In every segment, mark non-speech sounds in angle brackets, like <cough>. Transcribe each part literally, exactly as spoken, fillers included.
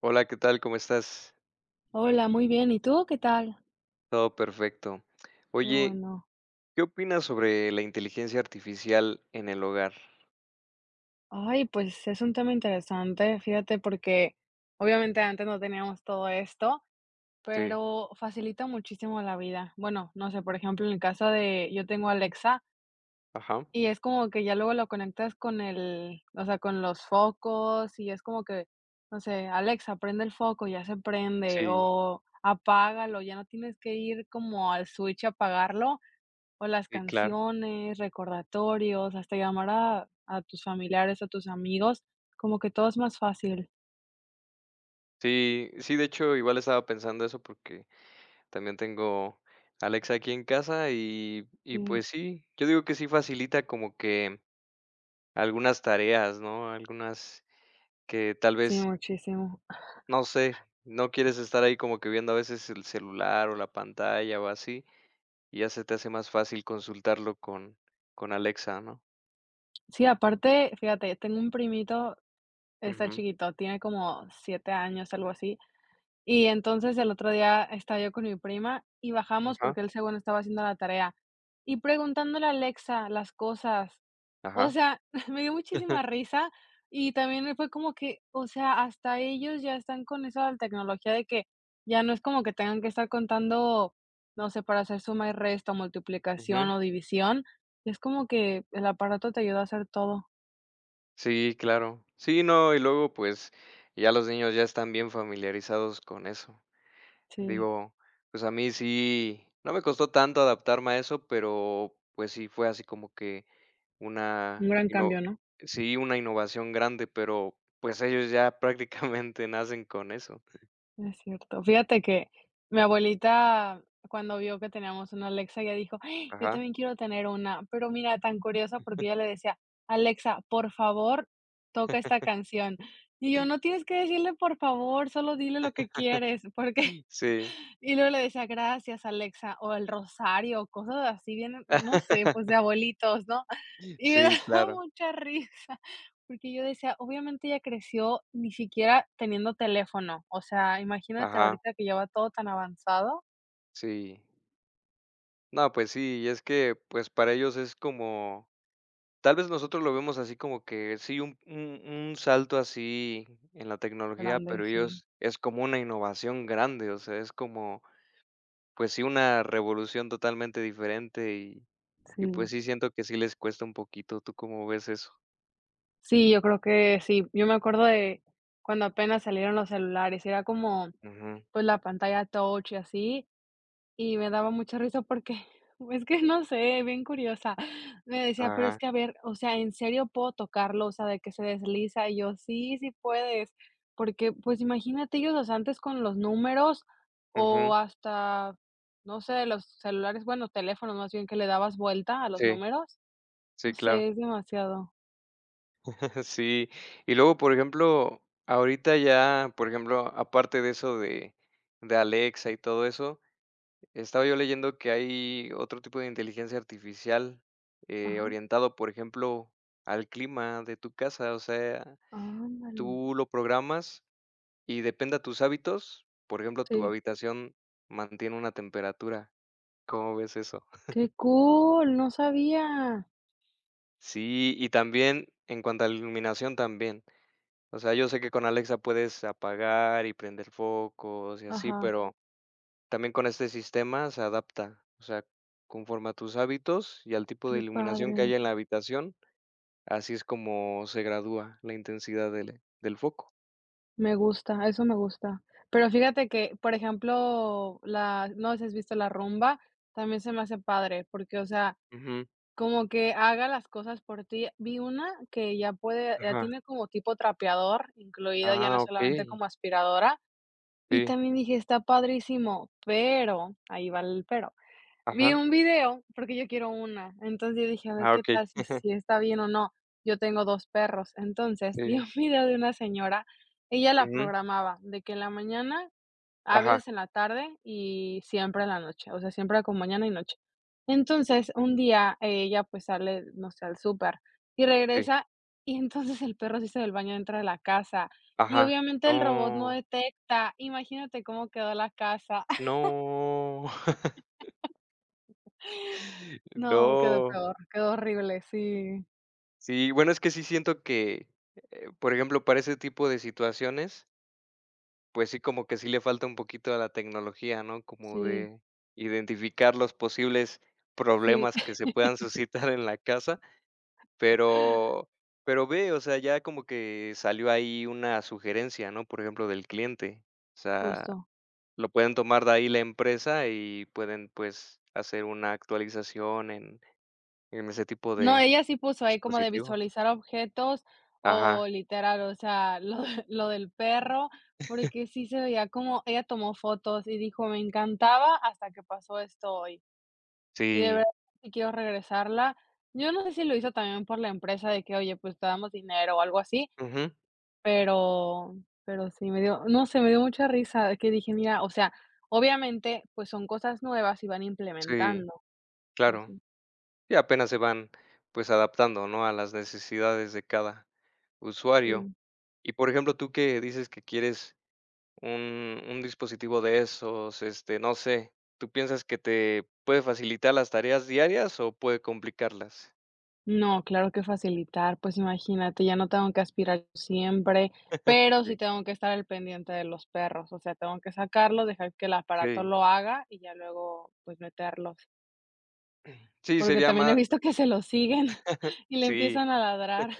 Hola, ¿qué tal? ¿Cómo estás? Hola, muy bien. ¿Y tú qué tal? Todo perfecto. Qué Oye, bueno. ¿qué opinas sobre la inteligencia artificial en el hogar? Ay, pues es un tema interesante, fíjate, porque obviamente antes no teníamos todo esto, Sí, pero facilita muchísimo la vida. Bueno, no sé, por ejemplo, en el caso de yo tengo Alexa ajá. y es como que ya luego lo conectas con el, o sea, con los focos y es como que, no sé, Alexa, prende el foco, ya se prende Sí, o apágalo, ya no tienes que ir como al switch a apagarlo. O las sí, claro. canciones, recordatorios, hasta llamar a a tus familiares, a tus amigos, como que todo es más fácil. Sí, sí, de hecho, igual estaba pensando eso porque también tengo Alexa aquí en casa y, y Sí, pues sí, yo digo que sí facilita como que algunas tareas, ¿no? Algunas que tal sí, vez, muchísimo. no sé, no quieres estar ahí como que viendo a veces el celular o la pantalla o así. Y ya se te hace más fácil consultarlo con con Alexa, ¿no? Sí, aparte, fíjate, tengo un primito, está Ujú. chiquito, tiene como siete años, algo así. Y entonces el otro día estaba yo con mi prima y bajamos Ajá, porque él según estaba haciendo la tarea y preguntándole a Alexa las cosas. O ajá. sea, <laughs> me dio muchísima <laughs> risa y también me fue como que, o sea, hasta ellos ya están con eso de la tecnología de que ya no es como que tengan que estar contando, no sé, para hacer suma y resta, Ujú. multiplicación o división. Es como que el aparato te ayuda a hacer todo. Sí, claro. Sí, no, y luego, pues, ya los niños ya están bien familiarizados con eso. Sí, Digo, pues, a mí sí, no me costó tanto adaptarme a eso, pero, pues, sí fue así como que un una gran ino cambio, ¿no? sí, una innovación grande, pero, pues, ellos ya prácticamente <laughs> nacen con eso. Es cierto. Fíjate que mi abuelita, cuando vio que teníamos una Alexa, ella dijo: "Ay, yo Ajá. también quiero tener una". Pero mira, tan curiosa, porque ella le decía: "Alexa, por favor, toca esta canción". Y yo: "No tienes que decirle por favor, solo dile lo que quieres", porque Sí. y luego le decía: "Gracias, Alexa", o el rosario, cosas así bien, no sé, pues, de <laughs> abuelitos, ¿no? Y me Sí, <laughs> daba claro. mucha risa, porque yo decía: "Obviamente ella creció ni siquiera teniendo teléfono". O sea, imagínate Ajá. ahorita que ya va todo tan avanzado. Sí. No, pues sí, y es que, pues, para ellos es como tal vez nosotros lo vemos así como que sí, un un un salto así en la tecnología, Grande, pero sí, ellos es como una innovación grande, o sea, es como, pues sí, una revolución totalmente diferente y y sí. pues sí siento que sí les cuesta un poquito, ¿tú cómo ves eso? Sí, yo creo que sí. Yo me acuerdo de cuando apenas salieron los celulares, era como, Ujú, pues, la pantalla touch y así. Y me daba mucha risa porque, <laughs> es que no sé, bien curiosa. Me decía: "Pero es ajá, que, a ver, o sea, ¿en serio puedo tocarlo? O sea, de que se desliza". Y yo: "Sí, sí puedes". Porque, pues, imagínate ellos, o sea, antes con los números ujú, o hasta, no sé, los celulares, bueno, teléfonos más bien, que le dabas vuelta a los sí, números. No sí, claro, sé, es demasiado. <laughs> sí. Y luego, por ejemplo, ahorita ya, por ejemplo, aparte de eso de de Alexa y todo eso, estaba yo leyendo que hay otro tipo de inteligencia artificial, eh, Ajá, orientado, por ejemplo, al clima de tu casa. O sea, ándale. tú lo programas y depende a tus hábitos. Por ejemplo, tu Sí. habitación mantiene una temperatura. ¿Cómo ves eso? Qué cool, no sabía. Sí, y también en cuanto a la iluminación también. O sea, yo sé que con Alexa puedes apagar y prender focos y así, Ajá, pero también con este sistema se adapta, o sea, conforme a tus hábitos y al tipo de qué iluminación que padre. haya en la habitación, así es como se gradúa la intensidad del del foco. Me gusta, eso me gusta. Pero fíjate que, por ejemplo, la, no sé si has visto la rumba, también se me hace padre, porque, o sea, Ujú. como que haga las cosas por ti. Vi una que ya puede ya Ajá. tiene como tipo trapeador incluida, ya no Ah, solamente okey. como aspiradora, y Sí. también dije: "Está padrísimo", pero, ahí va el pero. Vi Ajá. un video, porque yo quiero una. Entonces, yo dije: "A ver Ah, qué okey. tal, si si está bien o no". Yo tengo dos perros. Entonces, <laughs> vi Sí. un video de una señora, ella la Ujú. programaba de que en la mañana, a Ajá. veces en la tarde y siempre en la noche, o sea, siempre con mañana y noche. Entonces, un día ella, pues, sale, no sé, al súper y Sí. regresa, y entonces el perro se hizo del baño dentro de la casa, y Ajá. obviamente el robot no No. detecta. Imagínate cómo quedó la casa. <laughs> No. <laughs> No, quedó No. peor, quedó horrible, sí. Sí, bueno, es que sí siento que, eh, por ejemplo, para ese tipo de situaciones, pues sí, como que sí le falta un poquito a la tecnología, ¿no? Como Sí, de identificar los posibles sí, problemas que <laughs> se puedan suscitar en la casa, pero pero ve, o sea, ya como que salió ahí una sugerencia, ¿no? Por ejemplo, del cliente. O sea, justo. lo pueden tomar de ahí la empresa y pueden, pues, hacer una actualización en en ese tipo No, de ella sí puso ahí como de dispositivo. visualizar objetos o Ajá, literal, o sea, <laughs> lo de lo del perro, porque sí se veía como ella tomó fotos y dijo: "Me encantaba hasta que pasó esto hoy, y de sí. verdad que quiero regresarla". Yo no sé si lo hizo también por la empresa de que: "Oye, pues te damos dinero", o algo así, Ujú, pero pero sí me dio, no sé, me dio mucha risa de que dije: "Mira, o sea, obviamente, pues son cosas nuevas y van sí, implementando". Pues claro. sí, Y apenas se van, pues, adaptando, ¿no?, a las necesidades de cada usuario. sí. Y, por ejemplo, tú que dices que quieres un un dispositivo de esos, este, no sé, ¿tú piensas que te puede facilitar las tareas diarias o puede complicarlas? No, claro que facilitar, pues imagínate, ya no tengo que aspirar siempre, pero sí Sí, tengo que estar al pendiente de los perros, o sea, tengo que sacarlos, dejar que el aparato sí. lo haga y ya luego, pues meterlos, Sí, porque sería también he más visto que se los siguen <laughs> y le Sí, empiezan a ladrar.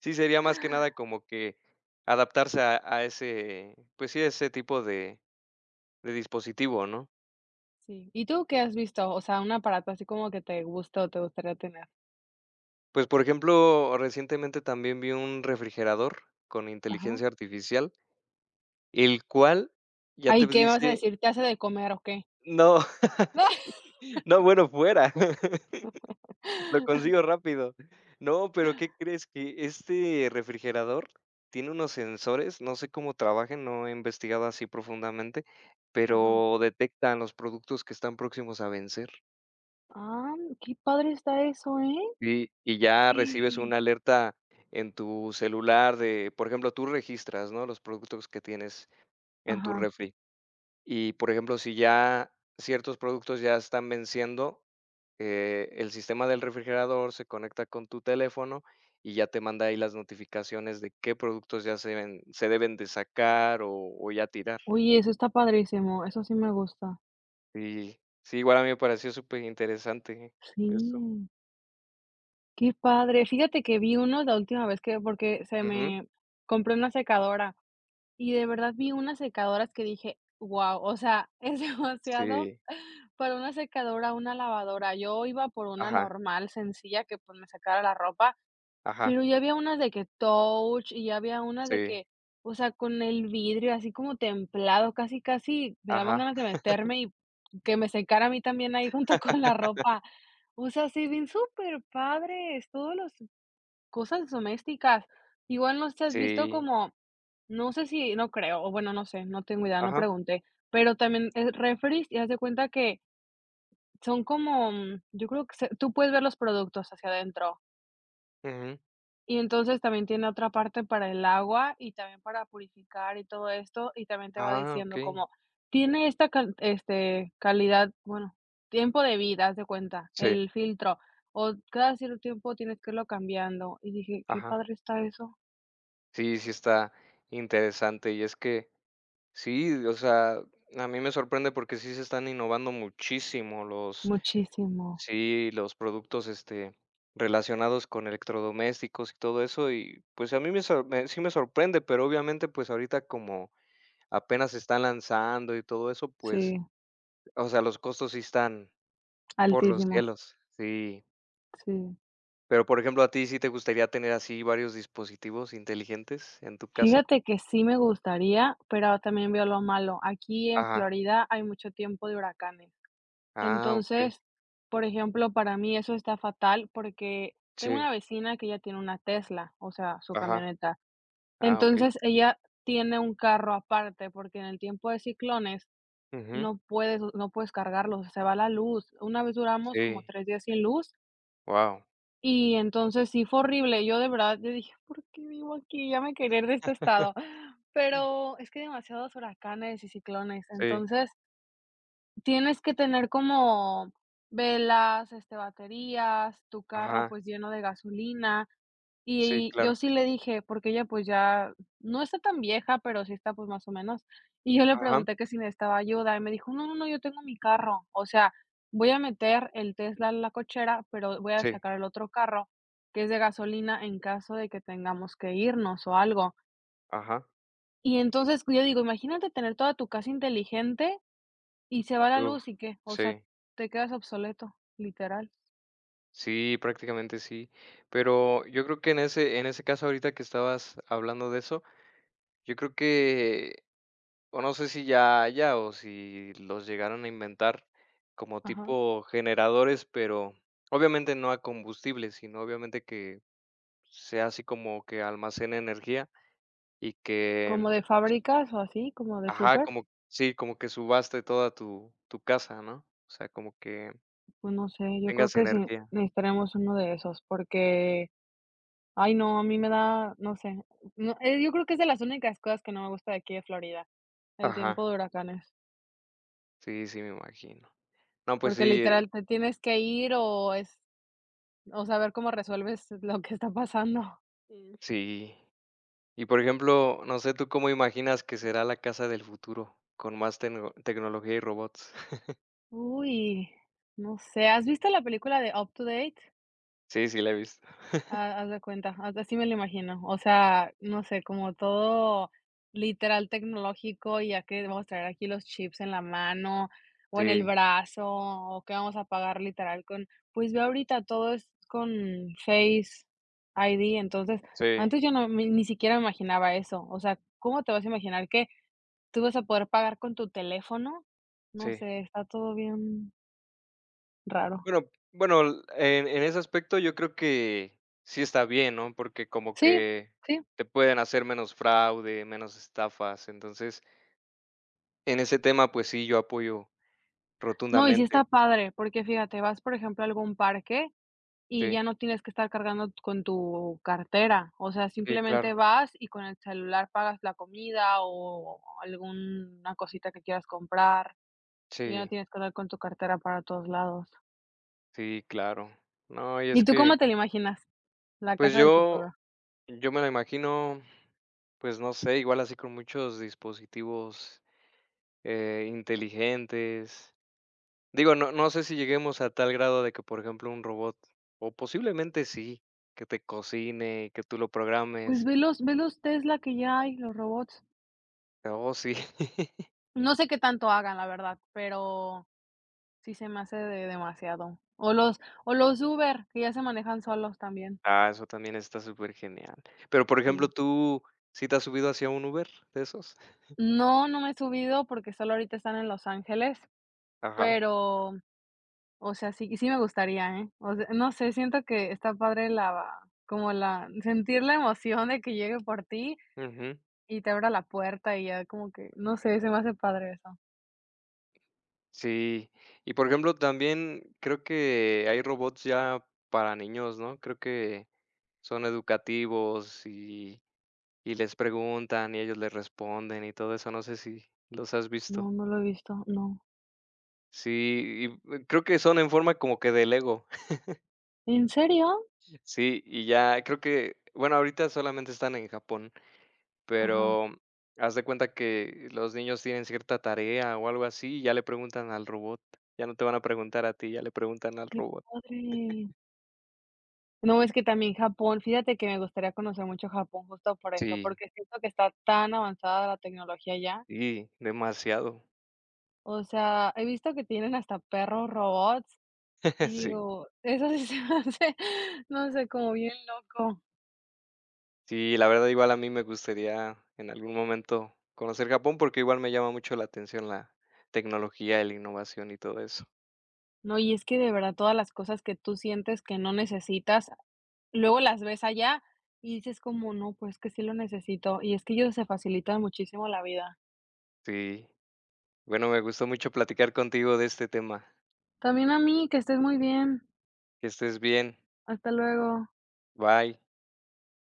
sí, sería más que nada como que adaptarse a a ese, pues sí, a ese tipo de de dispositivo, ¿no? Sí. ¿Y tú qué has visto? O sea, un aparato así como que te gusta o te gustaría tener. Pues, por ejemplo, recientemente también vi un refrigerador con Ajá. inteligencia artificial. El cual ya Ay, te ¿qué me vas a dice: decir? ¿Te hace de comer o qué? "No, <laughs> no, bueno, fuera, <laughs> lo <laughs> consigo rápido". No, pero, ¿qué crees? Que este refrigerador tiene unos sensores, no sé cómo trabajen, no he investigado así profundamente, Ajá. pero detectan los productos que están próximos a vencer. Ah, qué padre está eso, ¿eh? Y y ya recibes una <gasps> alerta en tu celular de, por ejemplo, tú registras, ¿no?, los productos que tienes en tu Ajá. refri. Y, por ejemplo, si ya ciertos productos ya están venciendo, eh, el sistema del refrigerador se conecta con tu teléfono y ya te manda ahí las notificaciones de qué productos ya se deben se deben de sacar o o ya tirar. Oye, eso está padrísimo, eso sí me gusta. Y sí, igual a mí me pareció súper interesante eso. Sí, qué padre. Fíjate que vi uno la última vez que porque se Ujú. me compré una secadora y de verdad vi unas secadoras que dije: "Guau", o sea, <laughs> es demasiado Sí, para una secadora, una lavadora. Yo iba por una ajá, normal, sencilla, que, pues, me sacara la ropa. ajá, Pero ya había unas de que touch y ya había unas de sí, que, o sea, con el vidrio así como templado, casi, casi me daban ajá, ganas de meterme y que me secara a mí también ahí <laughs> junto con la ropa. O sea, se ven súper padres todos los cosas domésticas. Igual no sé si has visto sí, como, no sé si, no creo, o bueno, no sé, no tengo idea, no ajá, pregunté, pero también es refris y haz de cuenta que son como, mm, yo creo que se tú puedes ver los productos hacia adentro. ujú. Y entonces también tiene otra parte para el agua y también para purificar y todo esto, y también te va Ah, diciendo okey. como tiene esta can este, calidad, bueno, tiempo de vida, haz de cuenta, Sí, el filtro, o cada cierto tiempo tienes que irlo cambiando. Y dije: "Qué ajá. padre está eso". Sí, sí está interesante, y es que, sí, o sea, a mí me sorprende porque sí se están innovando muchísimo los, Muchísimo, sí, los productos, este, relacionados con electrodomésticos y todo eso, y pues a mí me sor- me- sí me sorprende, pero obviamente pues ahorita como apenas se están lanzando y todo eso, pues, sí, o sea, los costos sí están por los altísimos, cielos, sí. sí. Pero por ejemplo, ¿a ti sí te gustaría tener así varios dispositivos inteligentes en tu casa? Fíjate que sí me gustaría, pero también veo lo malo. Aquí en Ajá. Florida hay mucho tiempo de huracanes. Ah, ok. Entonces, por ejemplo, para mí eso está fatal porque tengo Sí. una vecina que ya tiene una Tesla, o sea, su Ajá. camioneta. Ah, ok. Entonces, ella tiene un carro aparte porque en el tiempo de ciclones Ujú. no puedes no puedes cargarlos, se va la luz. Una vez duramos como Sí. tres días sin luz Wow, y entonces sí fue horrible. Yo de verdad, yo dije: "¿Por qué vivo aquí? Ya me quería ir de este estado". Pero es que hay demasiados huracanes y ciclones, sí, entonces tienes que tener como velas, este, baterías, tu carro, ajá, pues, lleno de gasolina. sí, Y yo claro, sí le dije, porque ella, pues, ya no está tan vieja, pero sí está, pues, más o menos. Y yo le ajá, pregunté que si necesitaba ayuda, y me dijo: "No, no, no, yo tengo mi carro". O sea, voy a meter el Tesla a la cochera, pero voy a sí, sacar el otro carro, que es de gasolina, en caso de que tengamos que irnos o algo. ajá, Y entonces, yo digo, imagínate tener toda tu casa inteligente y se va la uf, luz, ¿y qué? O sea, sí, te quedas obsoleto, literal. sí, prácticamente sí. Pero yo creo que en ese en ese caso ahorita que estabas hablando de eso, yo creo que, o no sé si ya haya o si los llegaron a inventar como Ajá. tipo generadores, pero obviamente no a combustible, sino obviamente que sea así como que almacene energía y Como que, de fábricas o así, como de ajá, súper, como sí, como que subaste toda tu tu casa, ¿no? O sea, como que pues no sé, yo creo tengas que sí energía. necesitaremos uno de esos, porque, ay no, a mí me da, no sé, no, eh, yo creo que es de las únicas cosas que no me gusta de aquí de Florida, el Ajá, tiempo de huracanes, sí, sí, me imagino. No, pues porque sí, eh, literal te tienes que ir o es, o saber cómo resuelves lo que está pasando. mm, sí. Y, por ejemplo, no sé, ¿tú cómo imaginas que será la casa del futuro con más tecno tecnología y robots? <laughs> Uy, no sé, ¿has visto la película de Up to Date? Sí, sí la he visto. Ah, haz de cuenta, as así me lo imagino. O sea, no sé, como todo literal tecnológico, ya que vamos a traer aquí los chips en la mano o en el Sí, brazo, o que vamos a pagar literal con pues ve ahorita todo es con Face I D, entonces, sí, antes yo no me ni siquiera me imaginaba eso. O sea, ¿cómo te vas a imaginar que tú vas a poder pagar con tu teléfono? No sí. sé, está todo bien raro. Bueno bueno, l en en ese aspecto yo creo que sí está bien, ¿no? Porque como Sí, que sí. te pueden hacer menos fraude, menos estafas, entonces, en ese tema, pues sí, yo apoyo No, y sí está rotundamente. padre, porque fíjate, vas, por ejemplo, a algún parque y Sí, ya no tienes que estar cargando con tu cartera, o sea, sí, simplemente claro. vas y con el celular pagas la comida o alguna cosita que quieras comprar, y ya no Sí, tienes que andar con tu cartera para todos lados. sí, claro. No, y ¿Y es tú cómo que, te la imaginas, la pues casa del futuro? yo yo me lo imagino, pues no sé, igual así con muchos dispositivos, eh, inteligentes. Digo, no no sé si lleguemos a tal grado de que, por ejemplo, un robot, o posiblemente sí, que te cocine y que tú lo Pues programes. ve los ve los Tesla que ya hay, los robots. Oh, sí. <laughs> No sé qué tanto hagan, la verdad, pero sí se me hace de demasiado. O los o los Uber, que ya se manejan solos también, Ah, eso también está súper genial. Pero, por ejemplo, sí. ¿tú sí te has subido hacia un Uber de esos? No, no me he subido porque solo ahorita están en Los Ángeles, Ajá. pero, o sea, sí sí me gustaría, ¿eh? O sea, no sé, siento que está padre la, como la sentir la emoción de que llegue por ti Ujú, y te abra la puerta y ya como que, no sé, se me hace padre eso. sí. Y, por ejemplo, también creo que hay robots ya para niños, ¿no? Creo que son educativos y y les preguntan y ellos les responden y todo eso, no sé si los has No, visto. no lo he visto, no. Sí, y, eh, creo que son en forma como que de Lego. <laughs> ¿En serio? Sí, y ya creo que, bueno, ahorita solamente están en Japón, Ajá, pero haz de cuenta que los niños tienen cierta tarea o algo así, y ya le preguntan al robot. Ya no te van a preguntar a ti, ya le preguntan al qué robot. padre. No, es que también Japón, fíjate que me gustaría conocer mucho Japón justo por eso, Sí. porque siento que está tan avanzada la tecnología allá. Sí, demasiado. O sea, he visto que tienen hasta perros robots. Y <laughs> Sí. digo, eso sí se me hace, no sé, como bien loco. Sí, la verdad igual a mí me gustaría en algún momento conocer Japón porque igual me llama mucho la atención la tecnología, la innovación y todo eso. No, y es que de verdad todas las cosas que tú sientes que no necesitas, luego las ves allá y dices como, no, pues que sí lo necesito. Y es que ellos se facilitan muchísimo la vida. Sí. Bueno, me gustó mucho platicar contigo de este tema. También a mí, que estés muy bien. Que estés bien. Hasta luego. Bye.